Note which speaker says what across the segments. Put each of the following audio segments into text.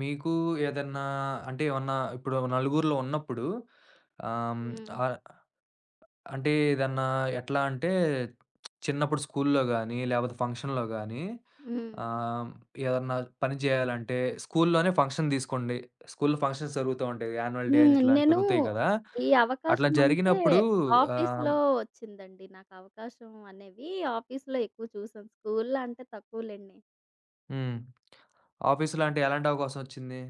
Speaker 1: మీకు ఏదన్నా అంటే ఏమన్నా ఇప్పుడు నలుగురిలో ఉన్నప్పుడు ఆహ్, హ్మ్,
Speaker 2: హ్మ్.
Speaker 1: ఆహ్, అంటే ఏదన్నా ఎట్లా అంటే చిన్నప్పుడు స్కూల్లో గాని, లేపోతే ఫంక్షన్‌లో గాని,
Speaker 2: హ్మ్.
Speaker 1: ఆహ్, ఏదన్నా పని చేయాలంటే స్కూల్లోనే ఫంక్షన్ తీసుకోండి. స్కూల్‌లో ఫంక్షన్స్ జరుగుతూ ఉంటాయి. యాన్యువల్ డే అని
Speaker 2: హ్మ్.
Speaker 1: ఇట్లాంటివి
Speaker 2: నేను
Speaker 1: జరుగుతాయి కదా!
Speaker 2: ఈ
Speaker 1: అట్లా
Speaker 2: అవకాశం అంటే
Speaker 1: జరిగినప్పుడు ఆహ్,
Speaker 2: ఆఫీస్‌లో వచ్చిందండి. నాకు అవకాశం అనేవి ఆఫీస్‌లో ఎక్కువ చూసాను. స్కూల్‌లో అంటే తక్కువలెండి.
Speaker 1: హ్మ్. ఆఫీస్‌లో అంటే ఎలాంటి అవకాశం వచ్చింది?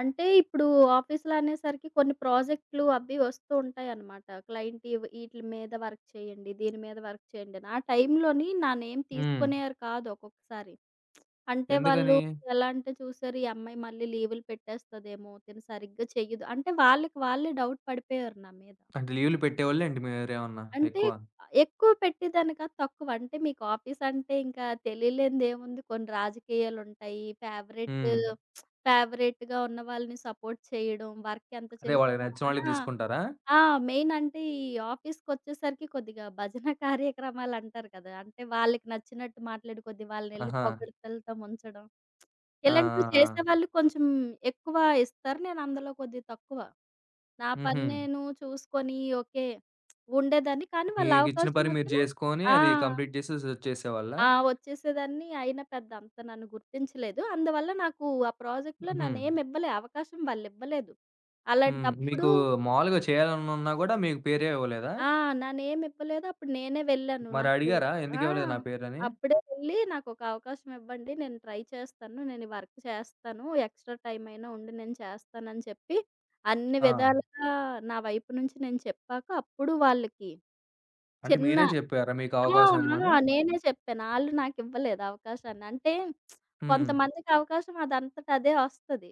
Speaker 2: అంటే ఇప్పుడు ఆఫీస్‌లో అనేసరికి కొన్ని ప్రాజెక్ట్‌లు అవి వస్తూ ఉంటాయన్నమాట. క్లయింట్ ఈట్లి మీద వర్క్ చేయండి, దీని మీద వర్క్ చేయండి అని. ఆ టైంలోని నా నేమ్
Speaker 1: హ్మ్.
Speaker 2: తీసుకునేవారు కాదు ఒక్కొక్కసారి. అంటే వాళ్ళు
Speaker 1: ఎందుకని?
Speaker 2: ఎలా అంటే చూసారు ఈ అమ్మాయి మళ్ళీ లీవులు పెట్టేస్తదేమో, తిను సరిగ్గా చెయ్యదు. అంటే వాళ్ళకి వాళ్ళే డౌట్ పడిపోయేవారు నా మీద.
Speaker 1: అంటే లీవ్‌లు పెట్టేవాళ్ళేంటి, మీరేమన్నా
Speaker 2: అంటే
Speaker 1: ఎక్కువ?
Speaker 2: ఎక్కువ పెట్టేదానికా తక్కువ. అంటే మీకు ఆఫీస్ అంటే ఇంకా తెలియలేనిదేముంది కొన్ని రాజకీయాలుంటాయి. ఫేవరెట్
Speaker 1: హ్మ్.
Speaker 2: ఫేవరెట్‌గా ఉన్న వాళ్ళని సపోర్ట్ చేయడం, వర్క్ ఎంత
Speaker 1: అదే, వాళ్ళకి
Speaker 2: చేసినా.
Speaker 1: నచ్చిన వాళ్ళే
Speaker 2: ఆ!
Speaker 1: తీసుకుంటారా?
Speaker 2: ఆ! మెయిన్ అంటే ఈ ఆఫీస్‌కొచ్చేసరికి కొద్దిగా భజన కార్యక్రమాలంటారు కదా! అంటే వాళ్ళకి నచ్చినట్టు మాట్లాడి కొద్దిగా వాళ్ళనెళ్లి
Speaker 1: ఆహా!
Speaker 2: పొగడ్తలతో ముంచడం.
Speaker 1: ఆ! ఆ!
Speaker 2: ఇలాంటివి
Speaker 1: ఆ!
Speaker 2: చేసేవాళ్ళు కొంచెం ఎక్కువ ఇస్తారు. నేను అందులో కొద్దిగా తక్కువ. నా
Speaker 1: హుహు.
Speaker 2: పని నేను చూసుకొని ఓకే ఉండేదాన్ని. కానీ వాళ్ళ
Speaker 1: మీకిచ్చిన
Speaker 2: అవకాశం
Speaker 1: పని మీరు
Speaker 2: వచ్చినా
Speaker 1: చేసుకొని
Speaker 2: ఆ!
Speaker 1: అది కంప్లీట్ చేసేసి వచ్చేసేవాళ్ళా?
Speaker 2: ఆ! వచ్చేసేదాన్ని. అయినా పెద్ద అంత నన్ను గుర్తించలేదు. అందువల్ల నాకు ఆ ప్రాజెక్ట్‌లో నా
Speaker 1: హుహు.
Speaker 2: నేమ్ ఇవ్వలే. అవకాశం వాళ్ళివ్వలేదు.
Speaker 1: హ్మ్. మీకు
Speaker 2: అలాంటప్పుడు
Speaker 1: మామూలుగా చేయాలనున్నా గూడా మీకు పేరే ఇవ్వలేదా?
Speaker 2: ఆ! నా నేమ్ ఇవ్వలేదు. అప్పుడు నేనే వెళ్ళాను.
Speaker 1: మరి
Speaker 2: నాకు
Speaker 1: అడిగారా?
Speaker 2: ఆ!
Speaker 1: ఎందుకివ్వలేదు నా పేరని?
Speaker 2: అప్పుడే వెళ్లి నాకొక అవకాశం ఇవ్వండి. నేను ట్రై చేస్తాను. నేను ఈ వర్క్ చేస్తాను. ఎక్స్‌ట్రా టైమ్ అయినా ఉండి నేను చేస్తానని చెప్పి అన్ని
Speaker 1: ఆ!
Speaker 2: విధాలుగా నా వైపు నుంచి నేను చెప్పాక అప్పుడు వాళ్ళకి
Speaker 1: అంటే
Speaker 2: చిన్న
Speaker 1: మీరే చెప్పారా మీకు
Speaker 2: ఆ!
Speaker 1: అవకాశం
Speaker 2: ఆ!
Speaker 1: ఇమ్మని?
Speaker 2: నేనే చెప్పాను. ఆళ్ళు నాకివ్వలేదు అవకాశాన్ని. అంటే
Speaker 1: హ్మ్.
Speaker 2: కొంతమందికి అవకాశం అదంతట అదే వస్తది.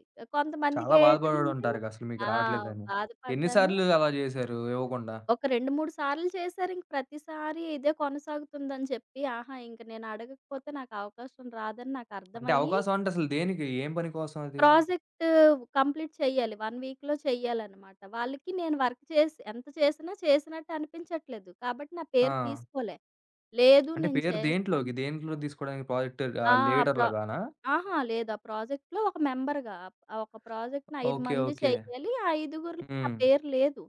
Speaker 1: చాలా
Speaker 2: కొంతమందికేంటంటే
Speaker 1: బాధపడుంటారుగా అసలు మీకు
Speaker 2: ఆ!
Speaker 1: రావట్లేదని. ఎన్ని
Speaker 2: బాధపడ్డాను.
Speaker 1: సార్లు అలా జేశారు ఇవ్వకుండా?
Speaker 2: ఒక 2, 3 సార్లు చేశారు. ఇంక ప్రతిసారి ఇదే కొనసాగుతుందని చెప్పి, ఇంక నేను అడగకపోతే నాకు అవకాశం రాదని
Speaker 1: అంటే
Speaker 2: నాకర్థమయ్యి,
Speaker 1: అవకాశం అంటే అసలు దేనికి? ఏం పని కోసం అది?
Speaker 2: ప్రాజెక్ట్ కంప్లీట్ చెయ్యాలి. 1 వీక్‌లో చెయ్యాలనమాట. వాళ్ళకి నేను వర్క్ చేసి ఎంత చేసినా చేసినట్టు అనిపించట్లేదు. కాబట్టి నా పేరు
Speaker 1: ఆ!
Speaker 2: తీసుకోలే. లేదు
Speaker 1: అంటే
Speaker 2: నేను
Speaker 1: పేరు
Speaker 2: చేస్తాను.
Speaker 1: దేంట్లోకి? దేంట్లో తీసుకోవడానికి? ప్రాజెక్ట్
Speaker 2: ఆ! ప్ర
Speaker 1: లీడర్‌లుగానా?
Speaker 2: అహా! లేదు. ఆ ప్రాజెక్ట్‌లో ఒక మెంబర్‌గా. ఒక ప్రాజెక్ట్‌ని 5
Speaker 1: ఓకే.
Speaker 2: మంది
Speaker 1: ఓకే.
Speaker 2: చేయాలి. ఆ ఐదుగురిలో నా
Speaker 1: హ్మ్.
Speaker 2: పేరు లేదు.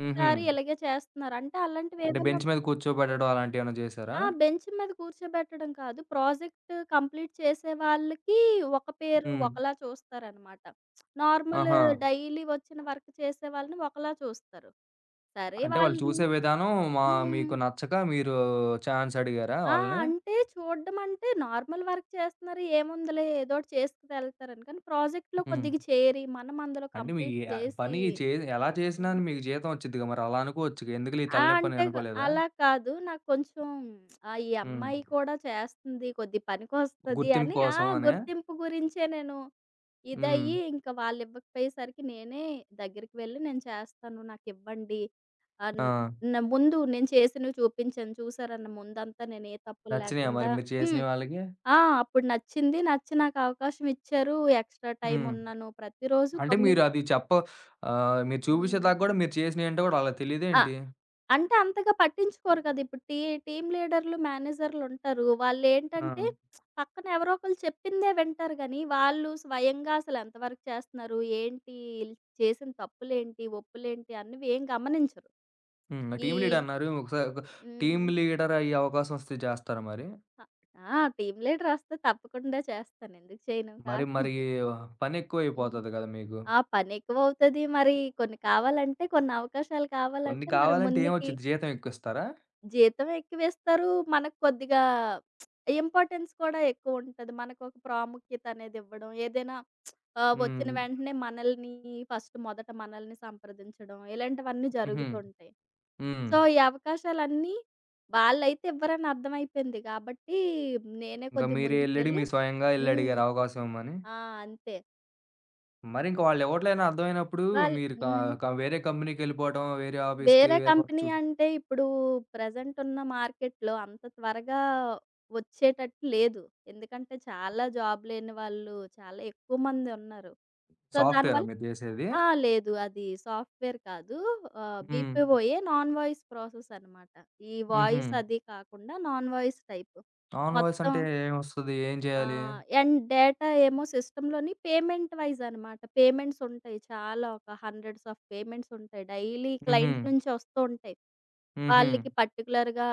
Speaker 1: హుహు.
Speaker 2: ఇలాగే చేస్తున్నారు. అంటే అలాంటివి
Speaker 1: అంటే
Speaker 2: ఏమైనా
Speaker 1: బెంచ్ మీద కూర్చోబెట్టడం అలాంటియేమన్నా జేశారా?
Speaker 2: బెంచ్ మీద కూర్చోబెట్టడం కాదు. ప్రాజెక్ట్ కంప్లీట్ చేసే వాళ్ళకి ఒక పేరు
Speaker 1: హ్మ్.
Speaker 2: ఒకలా చూస్తారనమాట. నార్మల్
Speaker 1: ఆహా!
Speaker 2: డైలీ వచ్చిన వర్క్ చేసే వాళ్ళని ఒకలా చూస్తారు. సరే
Speaker 1: అంటే వాళ్ళు
Speaker 2: వాళ్ళని.
Speaker 1: చూసే విధానం మా
Speaker 2: హ్మ్.
Speaker 1: మీకు నచ్చక మీరు ఛాన్స్ అడిగారా
Speaker 2: ఆ!
Speaker 1: వాళ్ళని?
Speaker 2: అంటే చూడడం అంటే నార్మల్ వర్క్ చేస్తున్నారు. ఏముందిలే ఏదోటి చేసుకుని వెళ్తారని. కానీ ప్రాజెక్ట్‌లో
Speaker 1: హ్మ్.
Speaker 2: కొద్దిగా చేరి, మనం అందులో
Speaker 1: అంటే మీ
Speaker 2: కంప్లీట్
Speaker 1: పని
Speaker 2: చేసి.
Speaker 1: చే ఎలా చేసినా
Speaker 2: హ్మ్.
Speaker 1: మీకు జీతం వచ్చిద్దిగా మరి, అలా అనుకోవచ్చుగా. ఎందుకులే ఈ
Speaker 2: ఆ!
Speaker 1: తలనొప్పని
Speaker 2: అంటే
Speaker 1: అనుకోలేదా?
Speaker 2: అలా కాదు. నాకు కొంచెం ఈ
Speaker 1: హ్మ్.
Speaker 2: అమ్మాయి కూడా చేస్తుంది. కొద్ది పనికొస్తది
Speaker 1: గుర్తింపు
Speaker 2: అని
Speaker 1: కోసం అనా?
Speaker 2: గుర్తింపు గురించే నేను
Speaker 1: హ్మ్.
Speaker 2: ఇదయ్యి ఇంకా వాళ్ళు ఇవ్వకపోయేసరికి నేనే దగ్గరికి వెళ్లి నేను చేస్తాను. నాకివ్వండి అన్
Speaker 1: ఆ!
Speaker 2: న ముందు నేను చేసినవి చూపించాను. చూసారన్న ముందంతా నేను ఏ తప్పులు
Speaker 1: నచ్చినాయా మరి
Speaker 2: లేకుండా.
Speaker 1: మీరు
Speaker 2: హ్మ్.
Speaker 1: చేసినయి వాళ్ళకి?
Speaker 2: ఆ! అప్పుడు నచ్చింది. నచ్చి నాకు అవకాశం ఇచ్చారు. ఎక్స్‌ట్రా టైమ్
Speaker 1: హ్మ్.
Speaker 2: ఉన్నాను. ప్రతిరోజు
Speaker 1: అంటే
Speaker 2: తొమ్మిది.
Speaker 1: మీరు అది చెప్ప మీరు
Speaker 2: హ్మ్.
Speaker 1: చూపించేదాకా గూడా మీరు చేసినయేంటో గూడా వాళ్ళకి
Speaker 2: ఆ!
Speaker 1: తెలీదేంటి?
Speaker 2: అంటే అంతగా పట్టించుకోరు కదా! ఇప్పుడు టీమ్ లీడర్లు, మేనేజర్లు ఉంటారు. వాళ్ళేంటంటే
Speaker 1: ఆ!
Speaker 2: పక్కన ఎవరో ఒకళ్ళు చెప్పిందే వింటారు గానీ, వాళ్ళు స్వయంగా అసలు ఎంతవరకు చేస్తున్నారు? ఏంటి? ఈళ్ళు చేసిన తప్పులేంటి? ఒప్పులేంటి? అన్నవి ఏం గమనించరు.
Speaker 1: హ్మ్.
Speaker 2: ఈ
Speaker 1: టీమ్ లీడ్ అన్నారు. ఒకసారి టీమ్
Speaker 2: హ్మ్.
Speaker 1: లీడర్ అయ్యే అవకాశం వస్తే చేస్తారా మరి?
Speaker 2: ఆ! టీమ్ లీడర్ వస్తే తప్పకుండా చేస్తాను. ఎందుకు చేయను.
Speaker 1: మరి
Speaker 2: కాక.
Speaker 1: మరి పని
Speaker 2: హ్మ్.
Speaker 1: ఎక్కువైపోతది కదా మీకు.
Speaker 2: ఆ! పనెక్కువవుతది. మరి కొన్ని కావాలంటే కొన్ని అవకాశాలు
Speaker 1: కొన్ని
Speaker 2: కావాలంటే మరి
Speaker 1: కావాలంటే
Speaker 2: ముందుకి
Speaker 1: ఏమొచ్చిద్ది? జీతం ఎక్కువిస్తారా?
Speaker 2: జీతం ఎక్కువేస్తారు. మనకు కొద్దిగా ఇంపార్టెన్స్ కూడా ఎక్కువుంటది. మనకొక ప్రాముఖ్యత అనేది ఇవ్వడం. ఏదైనా వచ్చిన
Speaker 1: హ్మ్.
Speaker 2: వెంటనే మనల్ని ఫస్ట్ మొదట మనల్ని సంప్రదించడం. ఇలాంటివన్నీ
Speaker 1: హుహు.
Speaker 2: జరుగుతుంటాయి.
Speaker 1: హ్మ్.
Speaker 2: సో, ఈ అవకాశాలన్నీ వాళ్ళైతే ఇవ్వరని అర్థమైపోయింది కాబట్టి నేనే
Speaker 1: ఇంకా
Speaker 2: కొద్దిగా
Speaker 1: మీరే
Speaker 2: ముందుకు
Speaker 1: ఎళ్లడి,
Speaker 2: వెళ్ళి.
Speaker 1: మీరు స్వయంగా
Speaker 2: హ్మ్.
Speaker 1: ఎళ్లడిగారు అవకాశం ఇమ్మని.
Speaker 2: ఆ! అంతే.
Speaker 1: మరి ఇంక వాళ్ళు ఇవ్వట్లేదని అర్థమైనప్పుడు
Speaker 2: వాళ్
Speaker 1: మీరు క
Speaker 2: హ్మ్.
Speaker 1: క వేరే కంపెనీకెళ్ళిపోవటం, వేరే ఆఫీస్‌కి,
Speaker 2: వేరే
Speaker 1: వేరే వర్క్
Speaker 2: కంపెనీ
Speaker 1: చూ
Speaker 2: అంటే ఇప్పుడు ప్రెజెంట్ ఉన్న మార్కెట్‌లో అంత త్వరగా వచ్చేటట్టు లేదు. ఎందుకంటే చాలా జాబ్ లేని వాళ్ళు చాలా ఎక్కువ మంది ఉన్నారు. సో,
Speaker 1: సాఫ్ట్‌వేరా
Speaker 2: దానివల్ల
Speaker 1: మీరు చేసేది?
Speaker 2: ఆ! లేదు. అది సాఫ్ట్‌వేర్ కాదు.
Speaker 1: హ్మ్.
Speaker 2: బీపీఓఏ నాన్ వాయిస్ ప్రాసెస్ అనమాట. ఈ
Speaker 1: హుహు.
Speaker 2: వాయిస్ అది కాకుండా non voice type.
Speaker 1: Non voice
Speaker 2: మొత్తం
Speaker 1: అంటే ఏమొస్తది? ఏం చేయాలి?
Speaker 2: అండ్ డేటా ఏమో సిస్టమ్‌లోని పేమెంట్ వైస్ అనమాట. పేమెంట్స్ ఉంటాయి. చాలా ఒక హండ్రెడ్స్ ఆఫ్ పేమెంట్స్ ఉంటాయి. డైలీ
Speaker 1: హుహు.
Speaker 2: క్లయింట్ నుంచి వస్తూ ఉంటాయి.
Speaker 1: హుహు.
Speaker 2: వాళ్ళకి పర్టిక్యులర్‌గా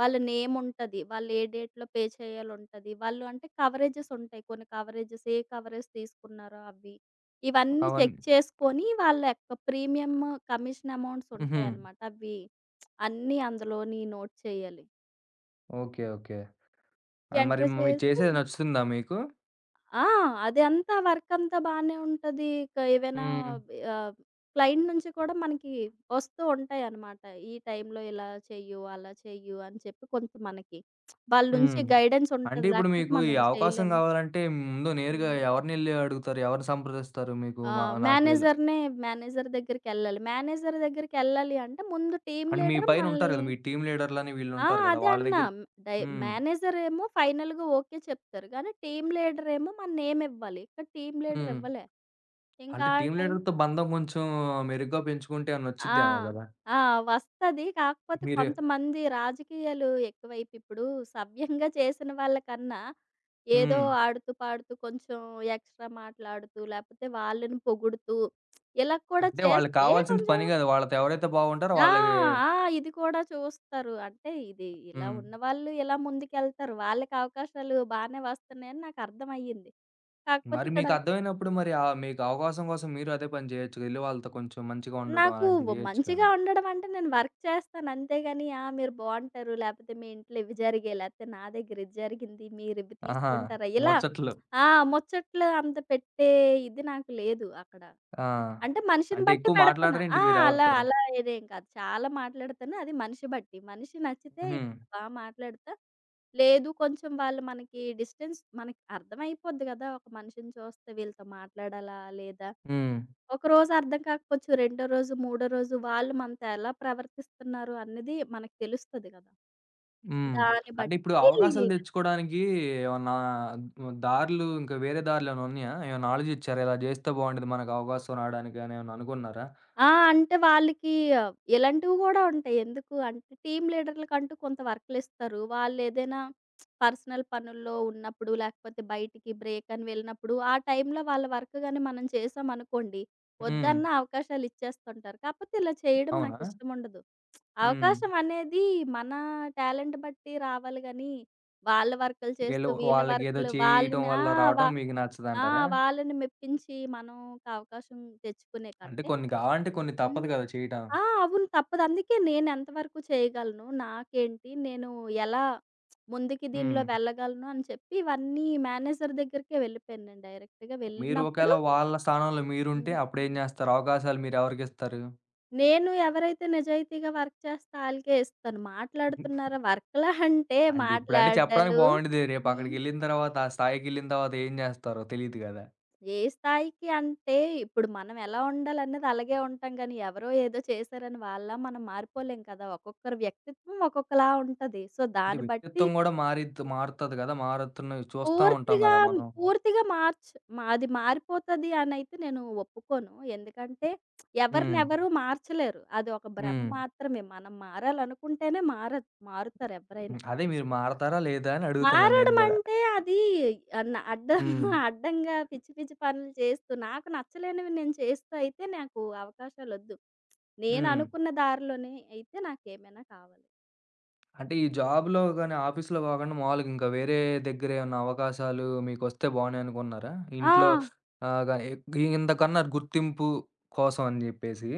Speaker 2: వాళ్ళ నేమ్ ఉంటది. వాళ్ళు ఏ డేట్‌లో పే చేయాలుంటది. వాళ్ళు అంటే కవరేజెస్ ఉంటాయి. కొన్ని కవరేజెస్ ఏ కవరేజ్ తీసుకున్నారో అవి. ఇవన్నీ చెక్
Speaker 1: అవన్నీ
Speaker 2: చేసుకొని వాళ్ళ యొక్క ప్రీమియం కమిషన్ అమౌంట్స్
Speaker 1: హుహు.
Speaker 2: ఉంటాయన్నమాట. అవి అన్నీ అందులోని నోట్ చేయాలి.
Speaker 1: ఓకే. ఓకే. అండ్ మరి
Speaker 2: ఎంటర్
Speaker 1: మీరు
Speaker 2: చేసి.
Speaker 1: చేసేది నచ్చుతుందా మీకు?
Speaker 2: ఆ! అది అంతా వర్కంతా బానే ఉంటది. ఇక ఏవైనా
Speaker 1: హ్మ్.
Speaker 2: ఆహ్, క్లయింట్ నుంచి కూడా మనకి వస్తూ ఉంటాయన్నమాట. ఈ టైంలో ఇలా చెయ్యు, అలా చెయ్యు అని చెప్పి కొంత మనకి వాళ్ళ నుంచి
Speaker 1: హ్మ్.
Speaker 2: గైడెన్స్
Speaker 1: అంటే
Speaker 2: ఉంటది.
Speaker 1: ఇప్పుడు
Speaker 2: లేకపోతే
Speaker 1: మీకు ఈ
Speaker 2: మనం
Speaker 1: అవకాశం
Speaker 2: చేయలేము.
Speaker 1: కావాలంటే ముందు నేరుగా
Speaker 2: హ్మ్.
Speaker 1: ఎవరినెళ్లి అడుగుతారు? ఎవరిని సంప్రదిస్తారు? మీకు
Speaker 2: ఆ!
Speaker 1: మా నాకు ఇలా
Speaker 2: మేనేజర్‌నే మేనేజర్ దగ్గరికెళ్ళాలి. మేనేజర్ దగ్గరికెళ్ళాలి అంటే ముందు టీమ్
Speaker 1: అండ్, మీ
Speaker 2: లీడర్
Speaker 1: పైన ఉంటారు
Speaker 2: మనల్ని
Speaker 1: కదా! మీ టీమ్ లీడర్‌లని
Speaker 2: ఆ!
Speaker 1: వీళ్ళుంటారు కదా!
Speaker 2: అదే
Speaker 1: వాళ్ళ
Speaker 2: అన్నా.
Speaker 1: దగ్గర.
Speaker 2: డై
Speaker 1: హ్మ్.
Speaker 2: మేనేజర్ ఏమో ఫైనల్‌గా ఓకే చెప్తారు. కానీ టీమ్ లీడర్ ఏమో మన నేమ్ ఇవ్వాలి. ఇక్కడ టీమ్ లీడర్
Speaker 1: హ్మ్.
Speaker 2: ఇవ్వలే. ఇంకా
Speaker 1: అంటే
Speaker 2: ఆ
Speaker 1: టీమ్
Speaker 2: టైం
Speaker 1: లీడర్‌తో బంధం కొంచెం మెరుగ్గా పెంచుకుంటే ఏమన్నా
Speaker 2: ఆ!
Speaker 1: వచ్చిద్దేమో గదా!
Speaker 2: ఆ! వస్తది. కాకపోతే
Speaker 1: మీరు
Speaker 2: కొంతమంది రాజకీయాలు ఎక్కువైపు ఇప్పుడు సవ్యంగా చేసిన వాళ్ళకన్నా, ఏదో
Speaker 1: హ్మ్.
Speaker 2: ఆడుతూ పాడుతూ కొంచెం ఎక్స్‌ట్రా మాట్లాడుతూ, లేపోతే వాళ్ళని పొగుడుతూ ఇలా కూడా
Speaker 1: అంటే వాళ్ళకి
Speaker 2: చేస్తే
Speaker 1: కావాల్సింది
Speaker 2: కొంచెం.
Speaker 1: పని కాదు. వాళ్ళతో ఎవరైతే బాగుంటారో
Speaker 2: ఆ!
Speaker 1: వాళ్ళకి.
Speaker 2: ఆ! ఇది కూడా చూస్తారు. అంటే ఇది ఇలా
Speaker 1: హ్మ్.
Speaker 2: ఉన్నవాళ్ళు ఇలా ముందుకెళ్తారు. వాళ్ళకి అవకాశాలు బానే వస్తున్నాయని నాకర్థమయ్యింది. కాకపోతే
Speaker 1: మరి
Speaker 2: ఇక్కడ
Speaker 1: మీకర్థమైనప్పుడు మరి మీకు అవకాశం కోసం మీరు అదే పని జేయొచ్చుగా. ఎళ్లి వాళ్ళతో కొంచెం మంచిగా ఉండడం
Speaker 2: నాకు
Speaker 1: అలాంటివి జేయొచ్చు కదా!
Speaker 2: మంచిగా ఉండడం అంటే నేను వర్క్ చేస్తాను అంతేగాని, ఆ! మీరు బావుంటారు. లేపోతే మీ ఇంట్లో ఇవి జరిగాయి. లేపోతే నా దగ్గర ఇది జరిగింది. మీరు ఇవి
Speaker 1: ఆహా!
Speaker 2: తీసుకుంటారా? ఇలా
Speaker 1: ముచ్చట్లు.
Speaker 2: ఆ! ముచ్చట్లు అంత పెట్టే ఇది నాకు లేదు అక్కడ.
Speaker 1: ఆ!
Speaker 2: అంటే మనిషిని
Speaker 1: అంటే
Speaker 2: బట్టి
Speaker 1: ఎక్కువ
Speaker 2: పెడతాను.
Speaker 1: మాట్లాడరేంటి
Speaker 2: అలా
Speaker 1: మీరెవరితో?
Speaker 2: అలా ఇదేం కాదు. చాలా మాట్లాడతాను. అది మనిషి బట్టి. మనిషి నచ్చితే
Speaker 1: హుహు.
Speaker 2: బా మాట్లాడతా. లేదు కొంచెం వాళ్ళు మనకి డిస్టెన్స్ మనకి అర్థమైపోద్ది గదా! ఒక మనిషిని చూస్తే వీళ్ళతో మాట్లాడాలా? లేదా?
Speaker 1: హ్మ్.
Speaker 2: ఒకరోజు అర్థం కాకపోవచ్చు. రెండో రోజు, మూడో రోజు వాళ్ళు మనతో ఎలా ప్రవర్తిస్తున్నారు అన్నది మనకు తెలుస్తది గదా!
Speaker 1: హ్మ్.
Speaker 2: దాన్ని బట్టి.
Speaker 1: అంటే ఇప్పుడు అవకాశాలు దెచ్చుకోవడానికి ఏమన్నా దారులు, ఇంకా వేరే దారులేమైనా ఉన్నాయా? ఏమైనా ఆలోజిచ్చారా? ఇలా జేస్తే బావుండేది మనకు అవకాశం రావడానికి అని ఏమన్నా అనుకున్నారా?
Speaker 2: అంటే వాళ్ళకి ఆ, ఇలాంటివి గూడా ఉంటాయి. ఎందుకు అంటే టీమ్ లీడర్‌లకంటూ కొంత వర్కులిస్తారు. వాళ్ళేదైనా పర్సనల్ పనుల్లో ఉన్నప్పుడు, లేకపోతే బయటికి బ్రేక్ అని వెళ్ళినప్పుడు, ఆ టైంలో వాళ్ళ వర్క్ గాని మనం చేశామనుకోండి,
Speaker 1: హ్మ్.
Speaker 2: వద్దన్న అవకాశాలిచ్చేస్తుంటారు. కాపోతే ఇలా చేయడం
Speaker 1: అవునా?
Speaker 2: నాకిష్టముండదు.
Speaker 1: హ్మ్.
Speaker 2: అవకాశం అనేది మన టాలెంట్ బట్టి రావాలి గానీ, వాళ్ళ వర్కులు చేస్తూ,
Speaker 1: ఈళ్ళు
Speaker 2: వీళ్ళ
Speaker 1: వాళ్ళకేదో
Speaker 2: వర్కులు
Speaker 1: చేయటం
Speaker 2: వాళ్ళని ఆ!
Speaker 1: వల్ల
Speaker 2: వ
Speaker 1: రావటం మీకు
Speaker 2: ఆ!
Speaker 1: నచ్చదంటారా?
Speaker 2: వాళ్ళని మెప్పించి మనం ఒక అవకాశం తెచ్చుకునే
Speaker 1: అంటే
Speaker 2: కంటే.
Speaker 1: కొన్ని కావాలంటే కొన్ని
Speaker 2: హ్మ్.
Speaker 1: తప్పదు గదా! చేయటం.
Speaker 2: ఆ! అవును. తప్పదు. అందుకే నేను ఎంతవరకు చేయగలను, నాకేంటి, నేను ఎలా ముందుకి దీనిలో
Speaker 1: హ్మ్.
Speaker 2: వెళ్ళగలను అని చెప్పి ఇవన్నీ మేనేజర్ దగ్గరికే వెళ్ళిపోయాను నేను డైరెక్ట్‌గా.
Speaker 1: మీరు
Speaker 2: వెళ్ళినప్పుడు
Speaker 1: ఒకేళ వాళ్ళ స్థానంలో మీరుంటే అప్పుడేం జేస్తారు? అవకాశాలు మీరెవరికిస్తారు?
Speaker 2: నేను ఎవరైతే నిజాయితీగా వర్క్ చేస్తే ఆళ్ళకే ఇస్తాను. మాట్లాడుతున్నారా వర్క్‌లా అంటే
Speaker 1: అంటే ఇప్పుడంటే చెప్పడానికి
Speaker 2: మాట్లాడడాలు.
Speaker 1: బావుండిద్ది. రేపు
Speaker 2: హ్మ్.
Speaker 1: అక్కడికెళ్ళిన తర్వాత, ఆ స్థాయికెళ్ళిన తర్వాత ఏం జేస్తారో తెలీదు గదా!
Speaker 2: ఏ స్థాయికి అంటే ఇప్పుడు మనం ఎలా ఉండాలనేది అలాగే ఉంటాం గానీ, ఎవరో ఏదో చేశారని వాళ్ళలా మనం మారిపోలేం కదా! ఒక్కొక్కరి వ్యక్తిత్వం ఒక్కొక్కలా ఉంటది. సో,
Speaker 1: అంటే
Speaker 2: దాన్ని బట్టి
Speaker 1: వ్యక్తిత్వం గూడా మారుతది గదా! మారుతున్నవి చూస్తా ఉంటాం
Speaker 2: పూర్తిగా,
Speaker 1: గదా మనం.
Speaker 2: పూర్తిగా అది మారిపోతది అనైతే నేను ఒప్పుకోను. ఎందుకంటే
Speaker 1: హ్మ్.
Speaker 2: ఎవరినెవరు మార్చలేరు. అది ఒక భ్రమ
Speaker 1: హ్మ్.
Speaker 2: మాత్రమే. మనం మారాలనుకుంటేనే మారుతారు ఎవరైనా.
Speaker 1: హ్మ్. అదే మీరు మారతారా లేదా అని అడుగుతున్నాను నేను
Speaker 2: మారడం
Speaker 1: గూడా.
Speaker 2: అంటే అది అన్న అడ్డం
Speaker 1: హ్మ్.
Speaker 2: అడ్డంగా పిచ్చి పిచ్చి పనులు చేస్తూ నాకు నచ్చలేనివి నేను చేస్తూ అయితే నాకు అవకాశాలొద్దు. నేను
Speaker 1: హ్మ్.
Speaker 2: అనుకున్న దారిలోనే అయితే నాకేమైనా కావాలి.
Speaker 1: అంటే ఈ జాబ్‌లో గాని, ఆఫీస్‌లో కాకుండా, మామూలుగా ఇంకా వేరే దగ్గర ఏమన్నా అవకాశాలు మీకొస్తే బావుండు అనుకున్నారా?
Speaker 2: ఆ!
Speaker 1: ఇంట్లో, ఆహ్, గ ఇంతకన్నారు గుర్తింపు కోసం అని జెప్పేసి.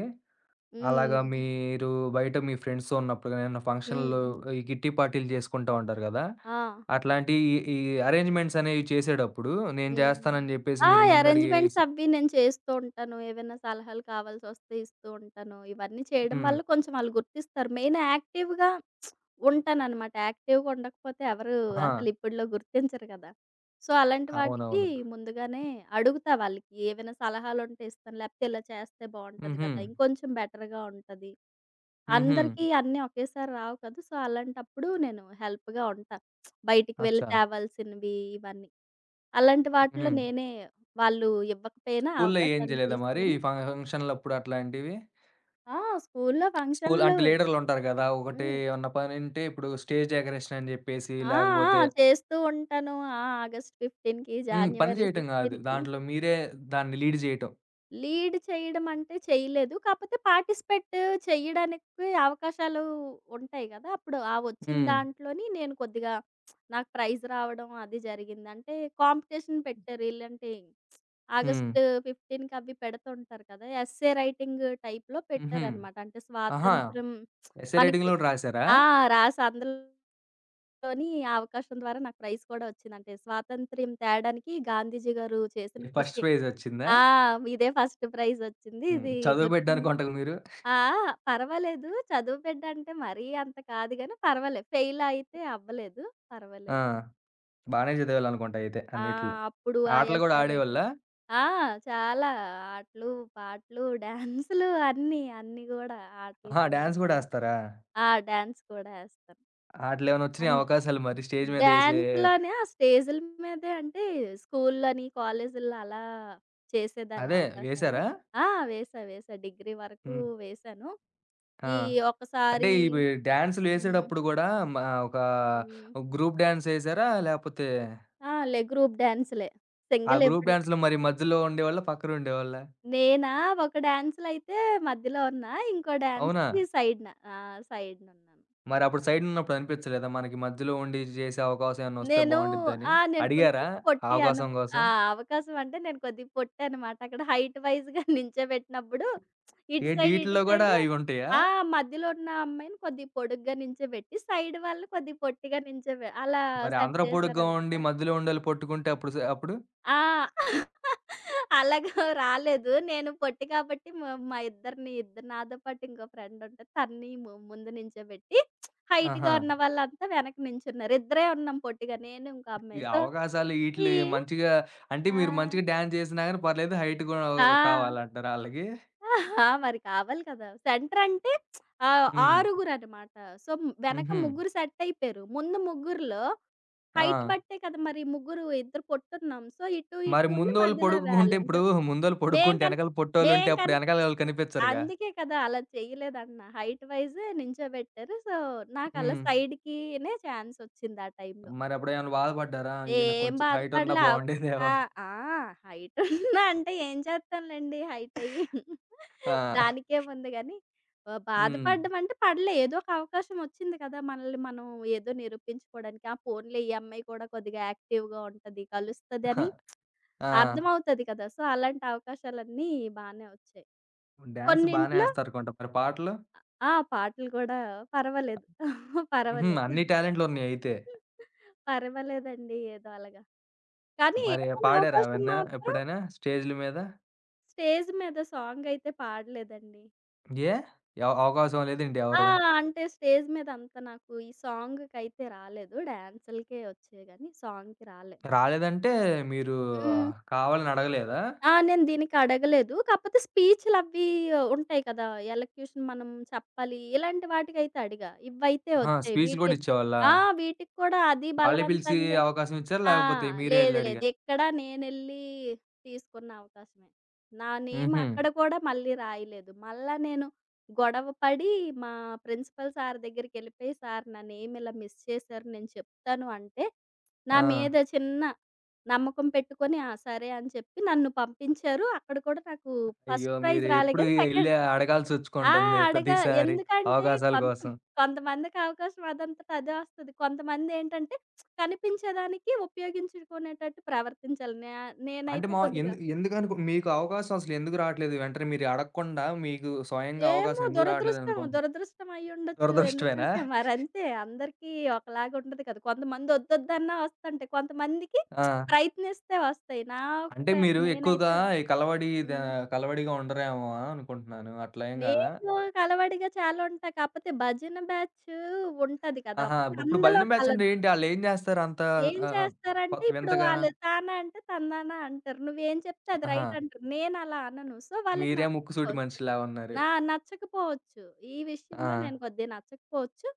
Speaker 1: అలాగా
Speaker 2: హ్మ్.
Speaker 1: మీరు బయట మీ ఫ్రెండ్స్‌తో ఉన్నప్పుడు గాని, ఏమన్నా
Speaker 2: హ్మ్.
Speaker 1: ఫంక్షన్‌లో,
Speaker 2: హ్మ్.
Speaker 1: ఈ కిట్టి పార్టీలు చేసుకుంటా ఉంటారు గదా!
Speaker 2: ఆ!
Speaker 1: అట్లాంటి ఈ ఈ అరేంజ్‌మెంట్స్ అనేవి చేసేటప్పుడు నేను
Speaker 2: హ్మ్.
Speaker 1: జేస్తానని జెప్పేసి
Speaker 2: ఆ!
Speaker 1: మీరు
Speaker 2: అరేంజ్‌మెంట్స్
Speaker 1: ముందడుగేసి.
Speaker 2: అవి నేను చేస్తూ ఉంటాను. ఏవైనా సలహాలు కావాల్సొస్తే ఇస్తూ ఉంటాను. ఇవన్నీ చేయడం
Speaker 1: హ్మ్.
Speaker 2: వల్ల కొంచెం ఆళ్ళు గుర్తిస్తారు. మెయిన్ యాక్టివ్‌గా ఉంటాననమాట. యాక్టివ్‌గా ఉండకపోతే ఎవరు
Speaker 1: ఆ!
Speaker 2: అసలు ఇప్పట్లో గుర్తించరు కదా! సో, అలాంటి వాటికి
Speaker 1: అవునవును.
Speaker 2: ముందుగానే అడుగుతా వాళ్ళకి ఏవైనా సలహాలుంటే ఇస్తాను. లేకపోతే ఇలా చేస్తే బావుంటది
Speaker 1: హుహు.
Speaker 2: కదా! ఇంకొంచెం బెటర్‌గా ఉంటది.
Speaker 1: హుహు.
Speaker 2: అందరికీ అన్నీ ఒకేసారి రావు కదా! సో, అలాంటప్పుడు నేను హెల్ప్‌గా ఉంటా. బయటికి వెళ్లి
Speaker 1: అచ్చా!
Speaker 2: తేవాల్సినవి ఇవన్నీ. అలాంటి వాటిలో
Speaker 1: హుహు.
Speaker 2: నేనే వాళ్ళు ఇవ్వకపోయినా
Speaker 1: స్కూల్లో ఏం
Speaker 2: అవకాశాన్ని
Speaker 1: జేయలేదా మరి? ఈ
Speaker 2: తీసుకొని.
Speaker 1: ఫంక్షన్‌లప్పుడు అట్లాంటివి?
Speaker 2: ఆ! స్కూల్లో
Speaker 1: స్కూల్
Speaker 2: ఫంక్షన్‌లు.
Speaker 1: అంటే లీడర్లుంటారు గదా! ఒకటే
Speaker 2: హ్మ్.
Speaker 1: ఏమన్నా పనుంటే ఇప్పుడు స్టేజ్ డెకరేషన్ అని జెప్పేసి,
Speaker 2: ఆ! ఆ!
Speaker 1: లేకపోతే
Speaker 2: చేస్తూ ఉంటాను. ఆగస్ట్ 15కి,
Speaker 1: హ్మ్. పని
Speaker 2: జాన్యువరి
Speaker 1: చేయటం గాదు.
Speaker 2: 16కి.
Speaker 1: దాంట్లో మీరే దాన్ని లీడ్ జేయటం.
Speaker 2: లీడ్ చేయడం అంటే చేయలేదు. కాకపోతే పార్టిసిపేట్ చేయడానికి అవకాశాలు ఉంటాయి గదా! అప్పుడు ఆ వచ్చిన
Speaker 1: హ్మ్.
Speaker 2: దాంట్లోని నేను కొద్దిగా నాకు ప్రైజ్ రావడం అది జరిగింది. అంటే కాంపిటీషన్ పెట్టారు. ఇలాంటి
Speaker 1: హ్మ్.
Speaker 2: ఆగస్ట్ 15కి అవి పెడుతుంటారు కదా! ఎస్సే రైటింగ్ టైప్‌లో
Speaker 1: హుహు.
Speaker 2: పెట్టారనమాట. అంటే
Speaker 1: ఆహా!
Speaker 2: స్వాతంత్ర్యం
Speaker 1: ఎస్సే రైటింగ్
Speaker 2: మనకి
Speaker 1: గూడా రాసారా?
Speaker 2: ఆ! రాసి అందులో లోని ఆ అవకాశం ద్వారా నాకు ప్రైజ్ కూడా వచ్చిందంటే, స్వాతంత్ర్యం తేడానికి గాంధీజీ గారు చేసిన
Speaker 1: ఫస్ట్
Speaker 2: కృషి.
Speaker 1: ప్రైజ్ ఒచ్చిందా?
Speaker 2: ఆ! ఇదే ఫస్ట్ ప్రైజ్ వచ్చింది.
Speaker 1: హ్మ్.
Speaker 2: ఇది
Speaker 1: చదువు బిడ్డ
Speaker 2: గుర్తుండి
Speaker 1: అనుకుంటగా మీరు.
Speaker 2: ఆ! ఆ! పర్వాలేదు. చదువు బిడ్డ అంటే మరీ అంత కాదు గానీ పర్వాలేదు. ఫెయిల్ అయితే అవ్వలేదు.
Speaker 1: ఆ!
Speaker 2: పర్వాలేదు.
Speaker 1: బానే
Speaker 2: యాహ్!
Speaker 1: చదివేవాళ్ళనుకుంటా అయితే
Speaker 2: ఆ!
Speaker 1: అన్నిట్లో.
Speaker 2: అప్పుడు ఆ
Speaker 1: ఆటలు గూడా
Speaker 2: ఎస్ఏ రైటింగ్.
Speaker 1: ఆడేవాళ్ళా?
Speaker 2: ఆ! చాలా ఆటలు, పాటలు, డాన్సులు అన్నీ, అన్నీ గూడా ఆటలు
Speaker 1: ఆహా!
Speaker 2: కూడా
Speaker 1: డాన్స్ గూడా
Speaker 2: చాలా.
Speaker 1: ఏస్తారా?
Speaker 2: డాన్స్ కూడా ఏస్తాను.
Speaker 1: ఆటిలేమన్నా ఒచ్చినాయా
Speaker 2: అన్నీ.
Speaker 1: అవకాశాలు మరి స్టేజ్ మీద ఏసే?
Speaker 2: డాన్స్‌లోనే ఆ స్టేజుల మీదే అంటే స్కూల్‌లోని, కాలేజీల్లో అలా చేసేదాన్ని
Speaker 1: అదే
Speaker 2: అవకాశాలు.
Speaker 1: వేశారా?
Speaker 2: వేశా, వేశా. డిగ్రీ వరకు
Speaker 1: హ్మ్.
Speaker 2: వేశాను.
Speaker 1: ఆ!
Speaker 2: ఈ
Speaker 1: అంటే
Speaker 2: ఒక్కసారి
Speaker 1: ఇవి
Speaker 2: హ్మ్.
Speaker 1: డాన్సులేసేటప్పుడు గూడా ఒక
Speaker 2: హ్మ్.
Speaker 1: గ్రూప్ డాన్సేసారా? లేపోతే
Speaker 2: ఆ! లే గ్రూప్ డాన్సులే.
Speaker 1: ఆ
Speaker 2: సింగిల్
Speaker 1: గ్రూప్
Speaker 2: ఎప్పుడు
Speaker 1: డాన్స్‌లో మరి మధ్యలో ఉండేవాళ్ళా? పక్కన ఉండేవాళ్ళా?
Speaker 2: నేనా ఒక డాన్స్‌లో అయితే మధ్యలో ఉన్నా. ఇంకో
Speaker 1: అవునా?
Speaker 2: డాన్స్‌కి సైడ్‌న. ఆ! సైడ్‌నున్నాను.
Speaker 1: మరప్పుడు సైడున్నప్పుడు అనిపించలేదా? మనకి మధ్యలో ఉండి జేసే అవకాశం ఏమన్నా వస్తే
Speaker 2: నేను
Speaker 1: బావుండిద్దని?
Speaker 2: నేను కొంచెం
Speaker 1: అడిగారా ఆ
Speaker 2: పొట్టియను.
Speaker 1: అవకాశం కోసం?
Speaker 2: ఆ! అవకాశం అంటే నేను కొద్దిగా పొట్టనమాట. అక్కడ హైట్ వైస్‌గా నించోబెట్టినప్పుడు ఇటు
Speaker 1: ఏంటి
Speaker 2: సైడ్, ఇటు
Speaker 1: ఈటిల్లో గూడా
Speaker 2: సైడ్.
Speaker 1: అయుంటాయా?
Speaker 2: ఆ! మధ్యలో ఉన్న అమ్మాయిని కొద్దిగా పొడుగ్గా నించోబెట్టి, సైడ్ వాళ్ళు కొద్దిగా పొట్టిగా నించోబె అలా
Speaker 1: మరి
Speaker 2: సెట్
Speaker 1: అందరూ పొడుగ్గా
Speaker 2: చేశారనమాట.
Speaker 1: ఉండి మధ్యలో ఉండోళ్ళు పొట్టుకుంటే అప్పుడు?
Speaker 2: ఆ! అలాగా రాలేదు. నేను పొట్టి కాబట్టి మా మా ఇద్దరిని ఇద్దరు నాతో పాటు ఇంకో ఫ్రెండ్ ఉంటది. తనని ముందు నించోబెట్టి హైట్‌గా
Speaker 1: ఆహా!
Speaker 2: ఉన్న వాళ్ళంతా వెనక నించున్నారు. ఇద్దరే ఉన్నాం పొట్టిగా నేను ఇంకో
Speaker 1: ఈ
Speaker 2: అమ్మాయి. సో
Speaker 1: అవకాశాలు
Speaker 2: ఈ
Speaker 1: ఈటిలు మంచిగా అంటే
Speaker 2: ఆ!
Speaker 1: మీరు మంచిగా డాన్స్ జేసినా గాని పర్లేదు, హైట్ గూడా
Speaker 2: ఆ!
Speaker 1: కావాలంటారా ఆళ్ళకి?
Speaker 2: ఆ! మరి కావాలి కదా! సెంటర్ అంటే
Speaker 1: హ్మ్.
Speaker 2: ఆరుగురనమాట. సో, వెనక
Speaker 1: హుహు.
Speaker 2: ముగ్గురు సెట్ అయిపోయారు. ముందు ముగ్గురిలో
Speaker 1: ఆ!
Speaker 2: హైట్ బట్టే కదా! మరి ముగ్గురు ఇద్దరు పొట్టున్నాం. సో, ఇటు ఇటు
Speaker 1: మరి
Speaker 2: ఉండి
Speaker 1: ముందోళ్ళు
Speaker 2: మధ్యలో
Speaker 1: పొడుగ్గుంటే
Speaker 2: బ్యాలెన్స్.
Speaker 1: ఇప్పుడు, ముందోళ్ళు
Speaker 2: మేం
Speaker 1: పొడుగ్గుంటే
Speaker 2: కని
Speaker 1: ఎనకాల
Speaker 2: మేం
Speaker 1: పొట్టోళ్ళుంటే అప్పుడు
Speaker 2: కని
Speaker 1: ఎనకాలోళ్ళు కనిపించరుగా.
Speaker 2: అందుకే కదా! అలా చేయలేదన్నా. హైట్ వైజే నించోబెట్టారు. సో, నాకలా
Speaker 1: హ్మ్.
Speaker 2: సైడ్‌కినే ఛాన్స్ ఒచ్చింది ఆ టైమ్‌లో.
Speaker 1: మరప్పుడేమన్నా బాధపడ్డారా? అయ్యో! నాకు
Speaker 2: ఏం
Speaker 1: కొంచెం హైటున్నా
Speaker 2: బాధపడలే. ఆప
Speaker 1: బావుండేదేమో
Speaker 2: ఆ!
Speaker 1: అని.
Speaker 2: ఆ! హైట్ ఉన్నా అంటే ఏం చేస్తానులెండి హైట్ అయ్యి.
Speaker 1: ఆ!
Speaker 2: దానికేముంది గానీ,
Speaker 1: హ్మ్.
Speaker 2: బాధపడడం అంటే పడలే. ఏదో ఒక అవకాశం వచ్చింది కదా! మనల్ని మనం ఏదో నిరూపించుకోవడానికి. ఆ పోన్లే ఈ అమ్మాయి కూడా కొద్దిగా యాక్టివ్‌గా ఉంటది,
Speaker 1: అహా!
Speaker 2: కలుస్తదని
Speaker 1: ఆ!
Speaker 2: అర్థమవుతది కదా! సో, అలాంటి అవకాశాలన్నీ బానే వచ్చాయి.
Speaker 1: డాన్స్ బానే
Speaker 2: కొన్నింట్లో
Speaker 1: ఏస్తారనుకుంట. మరి పాటలు?
Speaker 2: పాటలు కూడా పర్వాలేదు.
Speaker 1: హుహు.
Speaker 2: పర్వాలేదు.
Speaker 1: అన్ని టాలెంట్లున్నయయితే.
Speaker 2: పర్వాలేదండి. ఏదో అలాగా. కానీ
Speaker 1: మరి
Speaker 2: ఏదైనా
Speaker 1: పాడారా
Speaker 2: అవకాశం
Speaker 1: అవన్నా
Speaker 2: మాత్రం
Speaker 1: ఎప్పుడైనా స్టేజ్‌ల మీద?
Speaker 2: స్టేజ్ మీద సాంగయితే పాడలేదండి.
Speaker 1: ఏ? అవకాశం లేదేంటి
Speaker 2: ఆ!
Speaker 1: ఎవరు?
Speaker 2: అంటే స్టేజ్ మీద అంత నాకు ఈ సాంగ్‌కైతే రాలేదు. డాన్సులకే వచ్చాయి గానీ సాంగ్‌కి రాలే.
Speaker 1: రాలేదంటే మీరు
Speaker 2: హ్మ్.
Speaker 1: కావాలని అడగలేదా?
Speaker 2: ఆ! నేను దీనికి అడగలేదు. కాకపోతే స్పీచ్‌లవి ఉంటాయి కదా! ఎలక్యూషన్ మనం చెప్పాలి. ఇలాంటి వాటికైతే అడిగా. ఇవైతే
Speaker 1: ఆహా!
Speaker 2: వచ్చాయి.
Speaker 1: స్పీచ్‌లు
Speaker 2: వీటి
Speaker 1: గూడా ఇచ్చేవాళ్ళా?
Speaker 2: ఆ! వీటికి కూడా అది
Speaker 1: వాళ్ళే పిలిసి
Speaker 2: బలవంతంగా.
Speaker 1: అవకాశం ఇచ్చారా?
Speaker 2: ఆ!
Speaker 1: లేకపోతే మీరే
Speaker 2: లేదు.
Speaker 1: ఎళ్లి
Speaker 2: లేదు.
Speaker 1: అడిగారా?
Speaker 2: ఇక్కడ నేనెళ్ళి తీసుకున్న అవకాశమే. నా నేమ్
Speaker 1: హుహు.
Speaker 2: అక్కడ కూడా మళ్ళీ రాయలేదు. మళ్ళా నేను గొడవ పడి మా ప్రిన్సిపల్ సార్ దగ్గరికెళ్ళిపోయి, "సార్ నా నేమ్ ఇలా మిస్ చేశారు. నేను చెప్తాను" అంటే, నా
Speaker 1: ఆ!
Speaker 2: మీద చిన్న నమ్మకం పెట్టుకొని, ఆ! సరే అని చెప్పి నన్ను పంపించారు. అక్కడ కూడా నాకు
Speaker 1: అయ్యో!
Speaker 2: ఫస్ట్ ప్రైజ్
Speaker 1: మీరు
Speaker 2: రాలే
Speaker 1: ఎప్పుడు
Speaker 2: గానీ
Speaker 1: ఎళ్లి
Speaker 2: సెకండ్. ఆ!
Speaker 1: అడగాల్సొచ్చుకుంటుంది
Speaker 2: అడగా
Speaker 1: ప్రతిసారి
Speaker 2: ఎందుకంటే
Speaker 1: అవకాశాల
Speaker 2: కొంత
Speaker 1: కోసం.
Speaker 2: కొంతమందికి అవకాశం అదంతట అదే వస్తది. కొంతమందేంటంటే కనిపించేదానికి ఉపయోగించుకునేటట్టు ప్రవర్తించాలి.
Speaker 1: అంటే
Speaker 2: నేనైతే
Speaker 1: మా ఎందు
Speaker 2: కొద్దిగా
Speaker 1: ఎందుకనుకు మీకు అవకాశం అసలెందుకు రావట్లేదు? వెంటనే మీరు అడగకుండా మీకు స్వయంగా
Speaker 2: ఏమో
Speaker 1: అవకాశం ఎందుకు
Speaker 2: దురదృష్టం,
Speaker 1: రావట్లేదనుకుంటున్నారు?
Speaker 2: దురదృష్టం అయ్యుండొచ్చు.
Speaker 1: దురదృష్టమేనా?
Speaker 2: ఎందుకంటే మరంతే అందరికీ ఒకలాగా ఉండదు కదా! కొంతమంది ఒద్దొద్దన్నా వస్తుంటాయి. కొంతమందికి
Speaker 1: ఆ!
Speaker 2: ప్రయత్నిస్తే వస్తాయి. నా
Speaker 1: అంటే
Speaker 2: ప్ర
Speaker 1: మీరు ఎక్కువగా
Speaker 2: నేనైతే.
Speaker 1: ఈ కలవడి ద
Speaker 2: హ్మ్.
Speaker 1: కలవడిగా ఉండరేమో అనుకుంటున్నాను. అట్లా ఏం కాదా?
Speaker 2: నేను కలవడిగా చాలా ఉంటా. కాపోతే భజన బ్యాచ్ ఉంటది కదా!
Speaker 1: ఆహా!
Speaker 2: ఒకటి
Speaker 1: ఇప్పుడు
Speaker 2: అందులో
Speaker 1: భజన బ్యాచ్ అంటే
Speaker 2: కలదు.
Speaker 1: ఏంటి? ఆళ్ళేం చేస్తారు అంత
Speaker 2: ఏం
Speaker 1: ఆహ్,
Speaker 2: చేస్తారంటే
Speaker 1: కొత్త
Speaker 2: ఇప్పుడు
Speaker 1: వింతగా?
Speaker 2: ఆళ్ళు తానా అంటే తందానా అంటారు. నువ్వేం చెప్తే అది
Speaker 1: ఆహా!
Speaker 2: రైట్ అంటారు. నేనలా అనను. సో, వాళ్ళకి
Speaker 1: మీరే ముక్కుసూటి
Speaker 2: నచ్చకపోవచ్చు.
Speaker 1: మనిషిలా ఉన్నారు.
Speaker 2: నా నచ్చకపోవచ్చు. ఈ
Speaker 1: ఆ!
Speaker 2: విషయంలో నేను కొద్దిగా నచ్చకపోవచ్చు.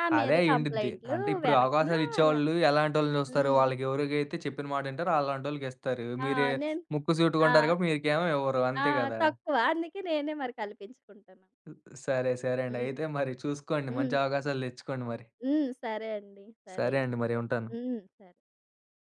Speaker 2: నా
Speaker 1: అదే
Speaker 2: మీద
Speaker 1: అయ్యుండిద్ది.
Speaker 2: కంప్లెయింట్లు
Speaker 1: అంటే ఇప్పుడు
Speaker 2: వెనకన అలా.
Speaker 1: అవకాశాలిచ్చేవాళ్ళు ఎలాంటోళ్ళని చూస్తారు?
Speaker 2: హ్మ్.
Speaker 1: వాళ్ళకి ఎవరికైతే చెప్పిన మాటింటారో అలాంటోళ్ళకిస్తారు.
Speaker 2: ఆ!
Speaker 1: మీరే
Speaker 2: నేను
Speaker 1: ముక్కు
Speaker 2: ఆ!
Speaker 1: సూటిగుంటారు కాబట్టి మీరికేమో ఇవ్వరు.
Speaker 2: ఆ!
Speaker 1: అంతే గదా!
Speaker 2: తక్కువ. అందుకే నేనే మరి కల్పించుకుంటాను.
Speaker 1: సరే. సరే అండి.
Speaker 2: హ్మ్.
Speaker 1: అయితే మరి చూసుకోండి.
Speaker 2: హ్మ్.
Speaker 1: మంచి అవకాశాలు దెచ్చుకోండి మరి.
Speaker 2: హ్మ్. సరే అండి. సరే.
Speaker 1: సరే అండి. మరి ఉంటాను.
Speaker 2: హ్మ్. సరే.